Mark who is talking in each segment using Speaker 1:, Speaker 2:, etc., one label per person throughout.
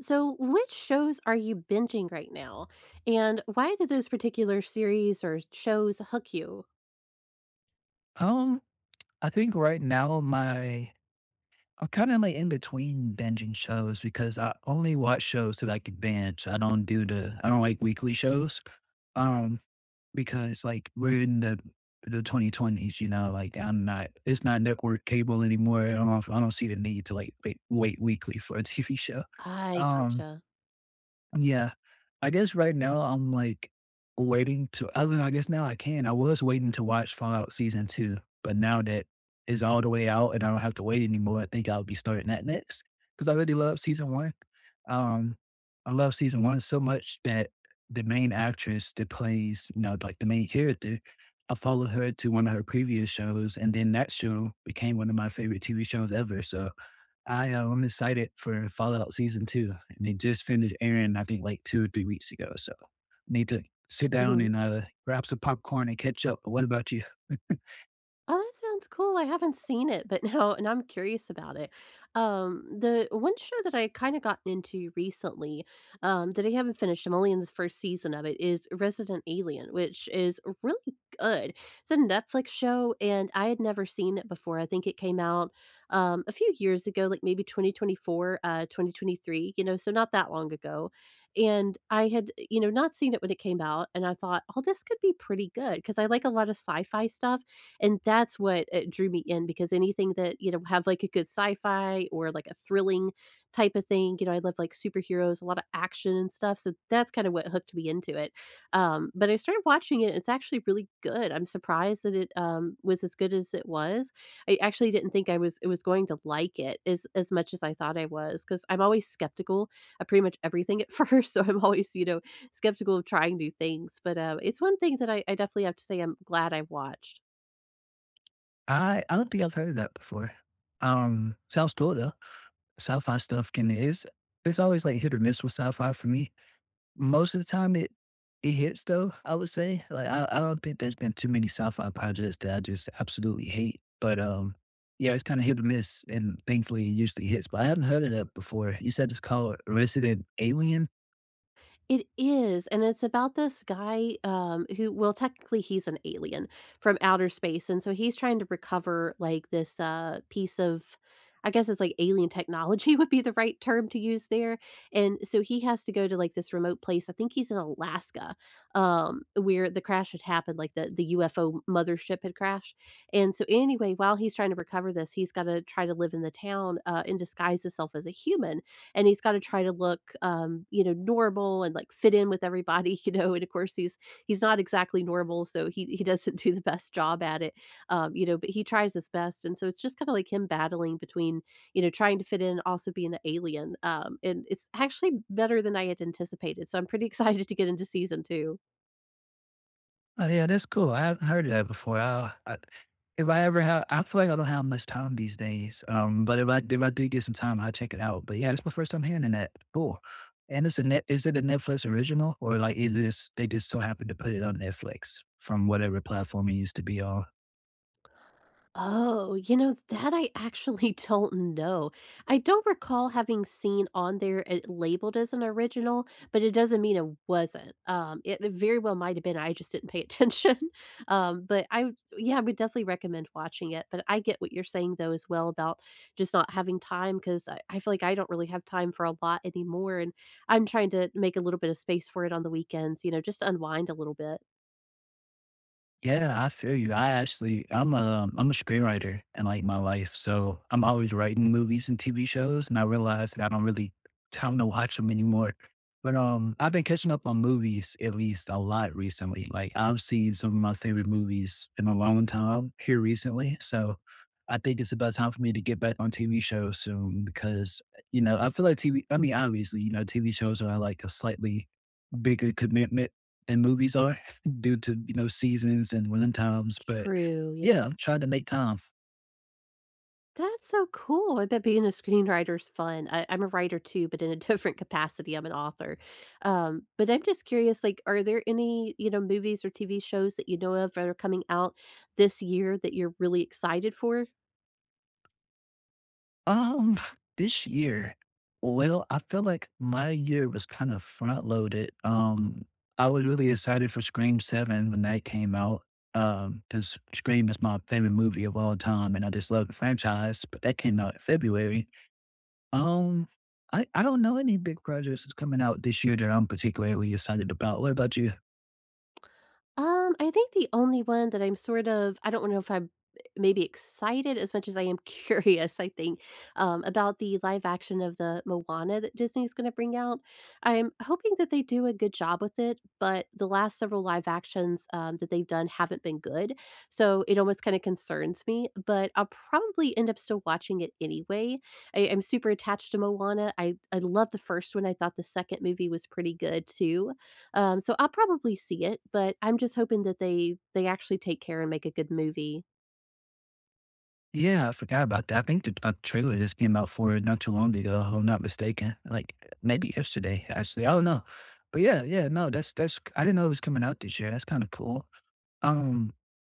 Speaker 1: So, which shows are you binging right now? And why did those particular series or shows hook you?
Speaker 2: Um, I think right now my, I'm kind of like in between binging shows because I only watch shows that I can binge. I don't like weekly shows. Um, because like we're in the 2020s, you know, like I'm not it's not network cable anymore. I don't see the need to like wait weekly for a TV show.
Speaker 1: I
Speaker 2: Um,
Speaker 1: gotcha.
Speaker 2: yeah. I guess right now I'm like waiting to other I guess now I can. I was waiting to watch Fallout season 2, but now that is all the way out and I don't have to wait anymore, I think I'll be starting that next because I really love season 1. Um, I love season 1 so much that the main actress that plays, you know, like, the main character, I followed her to one of her previous shows, and then that show became one of my favorite TV shows ever. So I'm excited for Fallout Season Two, and they just finished airing I think like two or three weeks ago. So need to sit down and grab some popcorn and catch up. But what about you?
Speaker 1: Oh, that sounds cool. I haven't seen it, but now and I'm curious about it. The one show that I kind of gotten into recently, that I haven't finished, I'm only in the first season of it, is Resident Alien, which is really good. It's a Netflix show, and I had never seen it before. I think it came out a few years ago, like maybe 2024, 2023, you know, so not that long ago. And I had, you know, not seen it when it came out, and I thought, oh, this could be pretty good because I like a lot of sci-fi stuff and that's what, drew me in because anything that, you know, have, like, a good sci-fi or, like, a thrilling type of thing, you know, I love, like, superheroes, a lot of action and stuff, so that's kinda what hooked me into it. But I started watching it, and it's actually really good. I'm surprised that it, was as good as it was. I actually didn't think I was it was going to like it as much as I thought I was because 'cause I'm always skeptical of pretty much everything at first, so I'm always, you know, skeptical of trying new things, but, it's one thing that I definitely have to say I'm glad I watched.
Speaker 2: I don't think I've heard of that before. Sounds cool though. Sci-fi stuff can is it's always like hit or miss with sci-fi for me. Most of the time it hits though, I would say. Like I don't think there's been too many sci-fi projects that I just absolutely hate. But yeah, it's kinda hit or miss and thankfully it usually hits. But I haven't heard of that before. You said it's called Resident Alien?
Speaker 1: It is, and it's about this guy, who well, technically he's an alien from outer space, and so he's trying to recover, like, this, piece of I guess it's, like, alien technology would be the right term to use there, and so he has to go to, like, this remote place, I think he's in Alaska, where the crash had happened, like, the UFO mothership had crashed, and so anyway, while he's trying to recover this, he's gotta try to live in the town, and disguise himself as a human, and he's gotta try to look, you know, normal and, like, fit in with everybody, you know, and of course, he's not exactly normal, so he doesn't do the best job at it, you know, but he tries his best, and so it's just kinda like him battling between, you know, trying to fit in, also being an alien, and it's actually better than I had anticipated, so I'm pretty excited to get into season 2.
Speaker 2: Oh, yeah, that's cool. I haven't heard of that before. I, if I ever have, I feel like I don't have much time these days. But if I do get some time, I'll check it out. But yeah, that's my first time hearing that. Cool. And it's a net. Is it a Netflix original or like it is? They just so happened to put it on Netflix from whatever platform it used to be on.
Speaker 1: Oh, you know, that I actually don't know. I don't recall having seen on there it labeled as an original, but it doesn't mean it wasn't. It it very well might have been. I just didn't pay attention. Yeah, I would definitely recommend watching it. But I get what you're saying though as well about just not having time because I feel like I don't really have time for a lot anymore, and I'm trying to make a little bit of space for it on the weekends. You know, just to unwind a little bit.
Speaker 2: Yeah, I feel you. I actually, I'm a screenwriter in like my life, so I'm always writing movies and TV shows, and I realized that I don't really time to watch them anymore. But I've been catching up on movies at least a lot recently. Like I've seen some of my favorite movies in a long time here recently, so I think it's about time for me to get back on TV shows soon because I feel like TV. I mean, obviously, you know, TV shows are like a slightly bigger commitment than movies are due to, you know, seasons and running times, but
Speaker 1: True.
Speaker 2: yeah, I'm trying to make time.
Speaker 1: That's so cool. I bet being a screenwriter is fun. I'm a writer too, but in a different capacity. I'm an author. But I'm just curious, like, are there any, you know, movies or TV shows that you know of that are coming out this year that you're really excited for?
Speaker 2: Um, this year, well, I feel like my year was kind of front loaded. I was really excited for Scream 7 when that came out. Because Scream is my favorite movie of all time and I just love the franchise, but that came out in February. Um, I don't know any big projects that's coming out this year that I'm particularly excited about. What about you?
Speaker 1: I think the only one that I'm sort of I don't know if I'm maybe excited as much as I am curious, I think, about the live action of the Moana that Disney's gonna bring out. I'm hoping that they do a good job with it, but the last several live actions, that they've done haven't been good, so it almost kinda concerns me, but I'll probably end up still watching it anyway. I'm super attached to Moana. I love the first one. I thought the second movie was pretty good too. So I'll probably see it, but I'm just hoping that they actually take care and make a good movie.
Speaker 2: Yeah, I forgot about that. I think the a trailer just came out for it not too long ago, if I'm not mistaken. Like maybe yesterday, actually. I don't know. But yeah, yeah, no, that's I didn't know it was coming out this year. That's kind of cool. Um,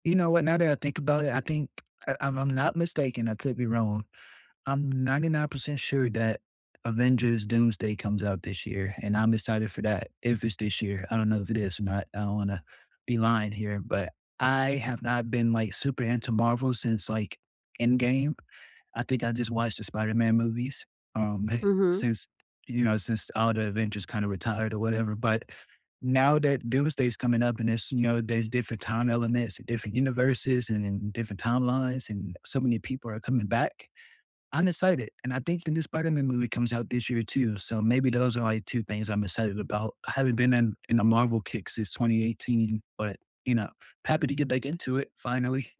Speaker 2: you know what? Now that I think about it, I think I'm not mistaken. I could be wrong. I'm 99% sure that Avengers Doomsday comes out this year, and I'm excited for that. If it's this year, I don't know if it is or not. I don't want to be lying here, but I have not been like super into Marvel since like Endgame. I think I just watched the Spider Man movies um,
Speaker 1: Mhm.
Speaker 2: since, you know, since all the Avengers kind of retired or whatever. But now that Doomsday's coming up and it's, you know, there's different time elements, different universes and then different timelines, and so many people are coming back. I'm excited, and I think the new Spider-Man movie comes out this year too. So maybe those are like two things I'm excited about. I haven't been in a Marvel kick since 2018, but you know, happy to get back into it finally.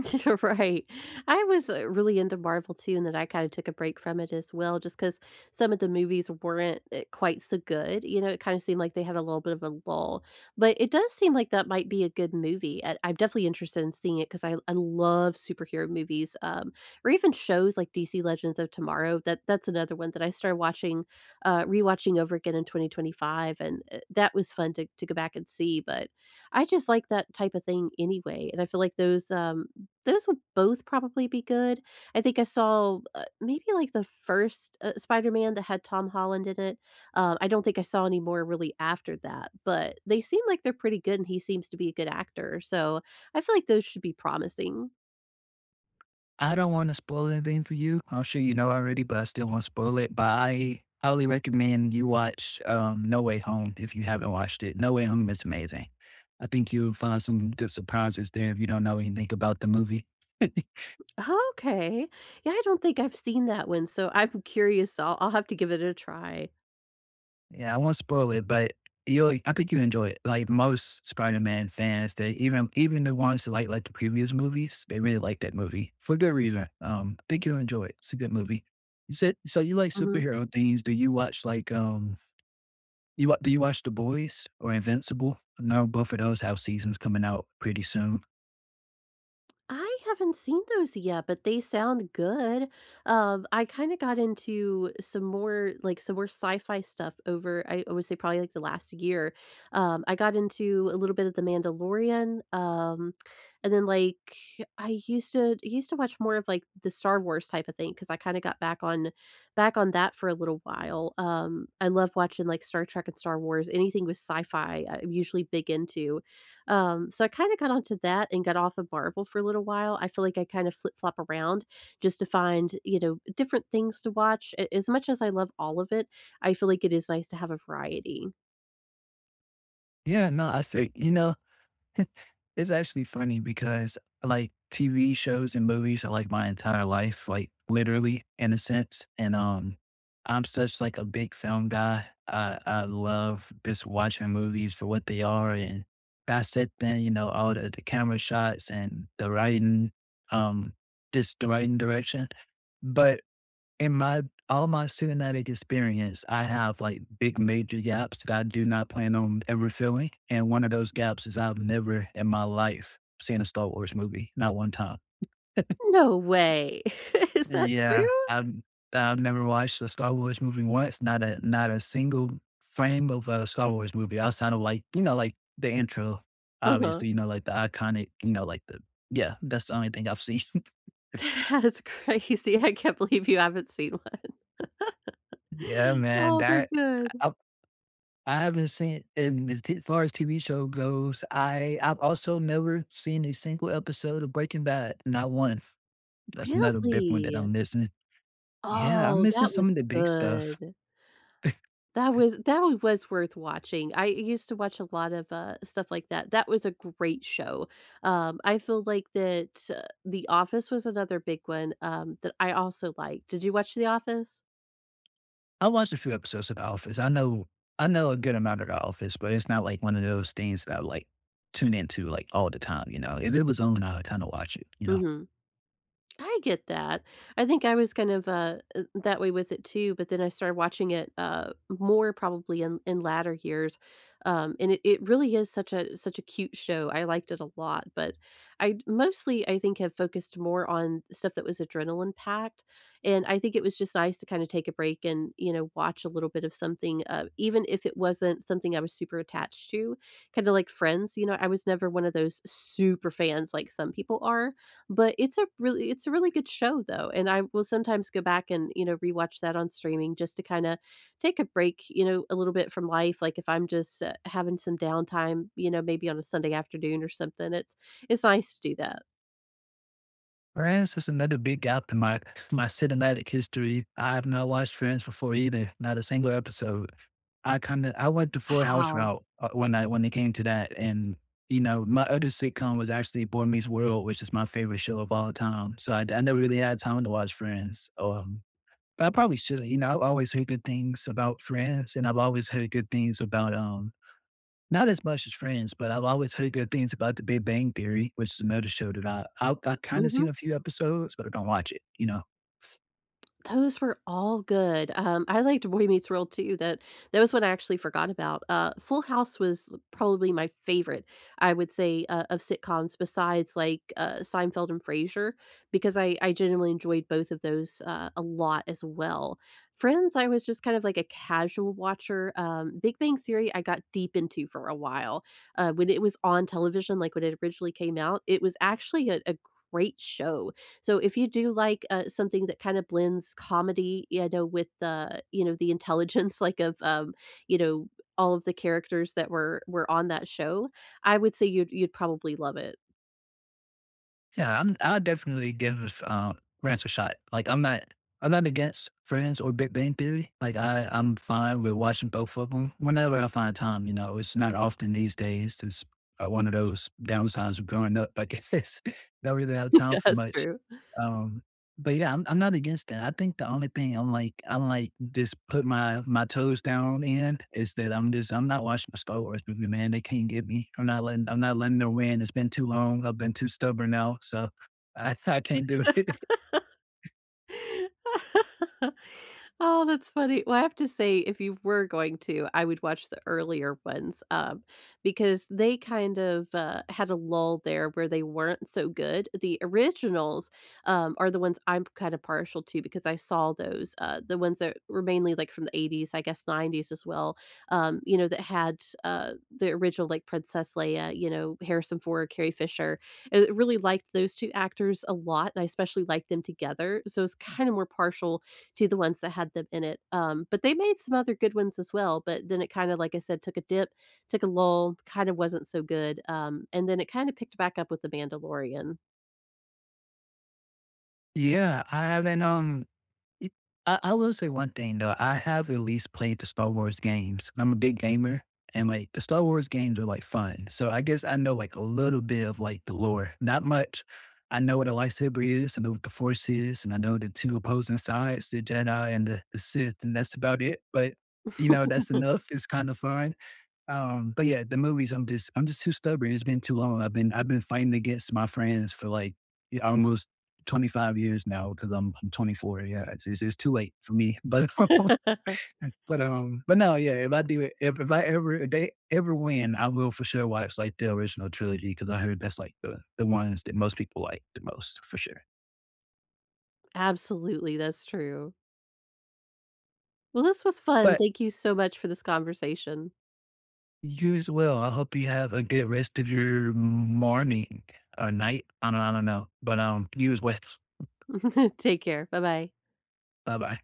Speaker 1: You're right. I was really into Marvel too, and then I kind of took a break from it as well, just because some of the movies weren't quite so good. You know, it kind of seemed like they had a little bit of a lull, but it does seem like that might be a good movie. I'm definitely interested in seeing it because I love superhero movies, or even shows like DC Legends of Tomorrow. That's another one that I started watching, rewatching over again in 2025, and that was fun to go back and see. But I just like that type of thing anyway. And I feel like those would both probably be good. I think I saw, maybe, like, the first, Spider-Man that had Tom Holland in it. I don't think I saw any more really after that, but they seem like they're pretty good, and he seems to be a good actor, so I feel like those should be promising.
Speaker 2: I don't want to spoil anything for you. I'm sure you know already, but I still want to spoil it. But I highly recommend you watch No Way Home if you haven't watched it. No Way Home is amazing. I think you'll find some good surprises there if you don't know anything about the movie.
Speaker 1: Okay. Yeah, I don't think I've seen that one, so I'm curious. I'll have to give it a try.
Speaker 2: Yeah, I won't spoil it, but you'll I think you enjoy it. Like most Spider-Man fans, they even the ones that like the previous movies, they really like that movie for good reason. I think you'll enjoy it. It's a good movie. You said so you like
Speaker 1: Mhm.
Speaker 2: superhero things. Do you watch like do you watch The Boys or Invincible? No, both of those have seasons coming out pretty soon.
Speaker 1: I haven't seen those yet, but they sound good. I kinda got into some more, like, some more sci-fi stuff over I would say probably, like, the last year. I got into a little bit of The Mandalorian, and then, like, I used to used to watch more of, like, the Star Wars type of thing because I kinda got back on that for a little while. I love watching, like, Star Trek and Star Wars. Anything with sci-fi, I'm usually big into. So I kinda got onto that and got off of Marvel for a little while. I feel like I kind of flip-flop around just to find, you know, different things to watch. A As much as I love all of it, I feel like it is nice to have a variety.
Speaker 2: Yeah, no, I think it's actually funny because, like, TV shows and movies are, like, my entire life, like, literally, in a sense, and I'm such, like, a big film guy. I love just watching movies for what they are, and I sit there, you know, all the camera shots and the writing, um, just the writing direction, but in my all my cinematic experience, I have like big major gaps that I do not plan on ever filling. And one of those gaps is I've never in my life seen a Star Wars movie, not one time.
Speaker 1: No way. Is that
Speaker 2: Yeah.
Speaker 1: true?
Speaker 2: I've never watched a Star Wars movie once, not a single frame of a Star Wars movie outside of like, you know, like the intro,
Speaker 1: Uh-huh.
Speaker 2: obviously, you know, like the iconic, you know, like the yeah, that's the only thing I've seen.
Speaker 1: That is crazy. I can't believe you haven't seen one.
Speaker 2: Yeah, man.
Speaker 1: Oh, they're
Speaker 2: That,
Speaker 1: good.
Speaker 2: I haven't seen and as t far as TV show goes, I've also never seen a single episode of Breaking Bad, not one. That's another big one that
Speaker 1: Really?
Speaker 2: I'm missing. Yeah, I'm
Speaker 1: Oh,
Speaker 2: missing
Speaker 1: that
Speaker 2: some
Speaker 1: was
Speaker 2: of the big stuff.
Speaker 1: good. That one was worth watching. I used to watch a lot of, stuff like that. That was a great show. I feel like The Office was another big one, that I also liked. Did you watch The Office?
Speaker 2: I watched a few episodes of The Office. I know a good amount of The Office, but it's not like one of those things that I like tune into like all the time, you know. If it was on, I would kind of watch it, you know.
Speaker 1: Mhm. I get that. I think I was kind of, that way with it too, but then I started watching it, more probably in latter years, and it really is such a cute show. I liked it a lot, but mostly, I think, have focused more on stuff that was adrenaline-packed, and I think it was just nice to kinda take a break and, you know, watch a little bit of something, even if it wasn't something I was super attached to, kinda like Friends, you know, I was never one of those super fans like some people are, but it's a really good show though, and I will sometimes go back and, you know, rewatch that on streaming just to kinda take a break, you know, a little bit from life, like, if I'm just, having some downtime, you know, maybe on a Sunday afternoon or something, it's nice to do that.
Speaker 2: Friends is another big gap in my cinematic history. I have not watched Friends before either, not a single episode. I kind of I went the Full House
Speaker 1: Wow.
Speaker 2: route when I when it came to that, and you know my other sitcom was actually Boy Meets World, which is my favorite show of all time. So I never really had time to watch Friends. I probably shouldn't. You know, I've always heard good things about Friends, and I've always heard good things about not as much as Friends, but I've always heard good things about The Big Bang Theory, which is another show that I kind of seen
Speaker 1: Mhm.
Speaker 2: a few episodes, but I don't watch it. You know,
Speaker 1: Those were all good. I liked Boy Meets World too. That that was one I actually forgot about. Full House was probably my favorite, I would say, of sitcoms besides like, Seinfeld and Frasier because I genuinely enjoyed both of those, a lot as well. Friends, I was just kind of like a casual watcher. Big Bang Theory, I got deep into for a while. When it was on television, like when it originally came out, it was actually a great show. So if you do like, something that kind of blends comedy, you know, with the, you know, the intelligence, like, of, you know, all of the characters that were on that show, I would say you'd probably love it.
Speaker 2: yeah, I'll definitely give Friends a shot. Like I'm not against Friends or Big Bang Theory. Like I'm fine with watching both of them whenever I find time. You know, it's not often these days. It's one of those downsides of growing up. I guess don't really have time
Speaker 1: Yeah,
Speaker 2: for
Speaker 1: that's
Speaker 2: much.
Speaker 1: true.
Speaker 2: Um, but yeah, I'm not against that. I think the only thing I'm like just put my toes down in is that I'm not watching the Star Wars movie, man. They can't get me. I'm not letting them win. It's been too long. I've been too stubborn now, so I I can't do it.
Speaker 1: Oh, that's funny. Well, I have to say, if you were going to, I would watch the earlier ones, because they kind of, had a lull there where they weren't so good. The originals, are the ones I'm kind of partial to because I saw those, the ones that were mainly like from the 80s, I guess 90s as well, you know, that had, the original like Princess Leia, you know, Harrison Ford, Carrie Fisher. I really liked those two actors a lot, and I especially liked them together. So it's kind of more partial to the ones that had them in it. But they made some other good ones as well. But then it kind of, like I said, took a dip, took a lull, kind of wasn't so good. And then it kind of picked back up with The Mandalorian.
Speaker 2: Yeah, I haven't It I will say one thing though, I have at least played the Star Wars games. I'm a big gamer and like the Star Wars games are like fun. So I guess I know like a little bit of like the lore. Not much. I know what a lightsaber is, I know what the force is, and I know the two opposing sides, the Jedi and the Sith, and that's about it. But you know, that's enough. It's kind of fun. But yeah, the movies, I'm just too stubborn. It's been too long. I've been fighting against my friends for like yeah, almost 25 years now because I'm 24. Yeah, it's too late for me. But, but no, yeah. If I do it, if I ever, if they ever win, I will for sure watch like the original trilogy because I heard that's like the ones that most people like the most for sure.
Speaker 1: Absolutely, that's true. Well, this was fun.
Speaker 2: But
Speaker 1: Thank you so much for this conversation.
Speaker 2: you as well. I hope you have a good rest of your morning or night. I don't know. But you as well.
Speaker 1: Take care. Bye bye.
Speaker 2: Bye bye.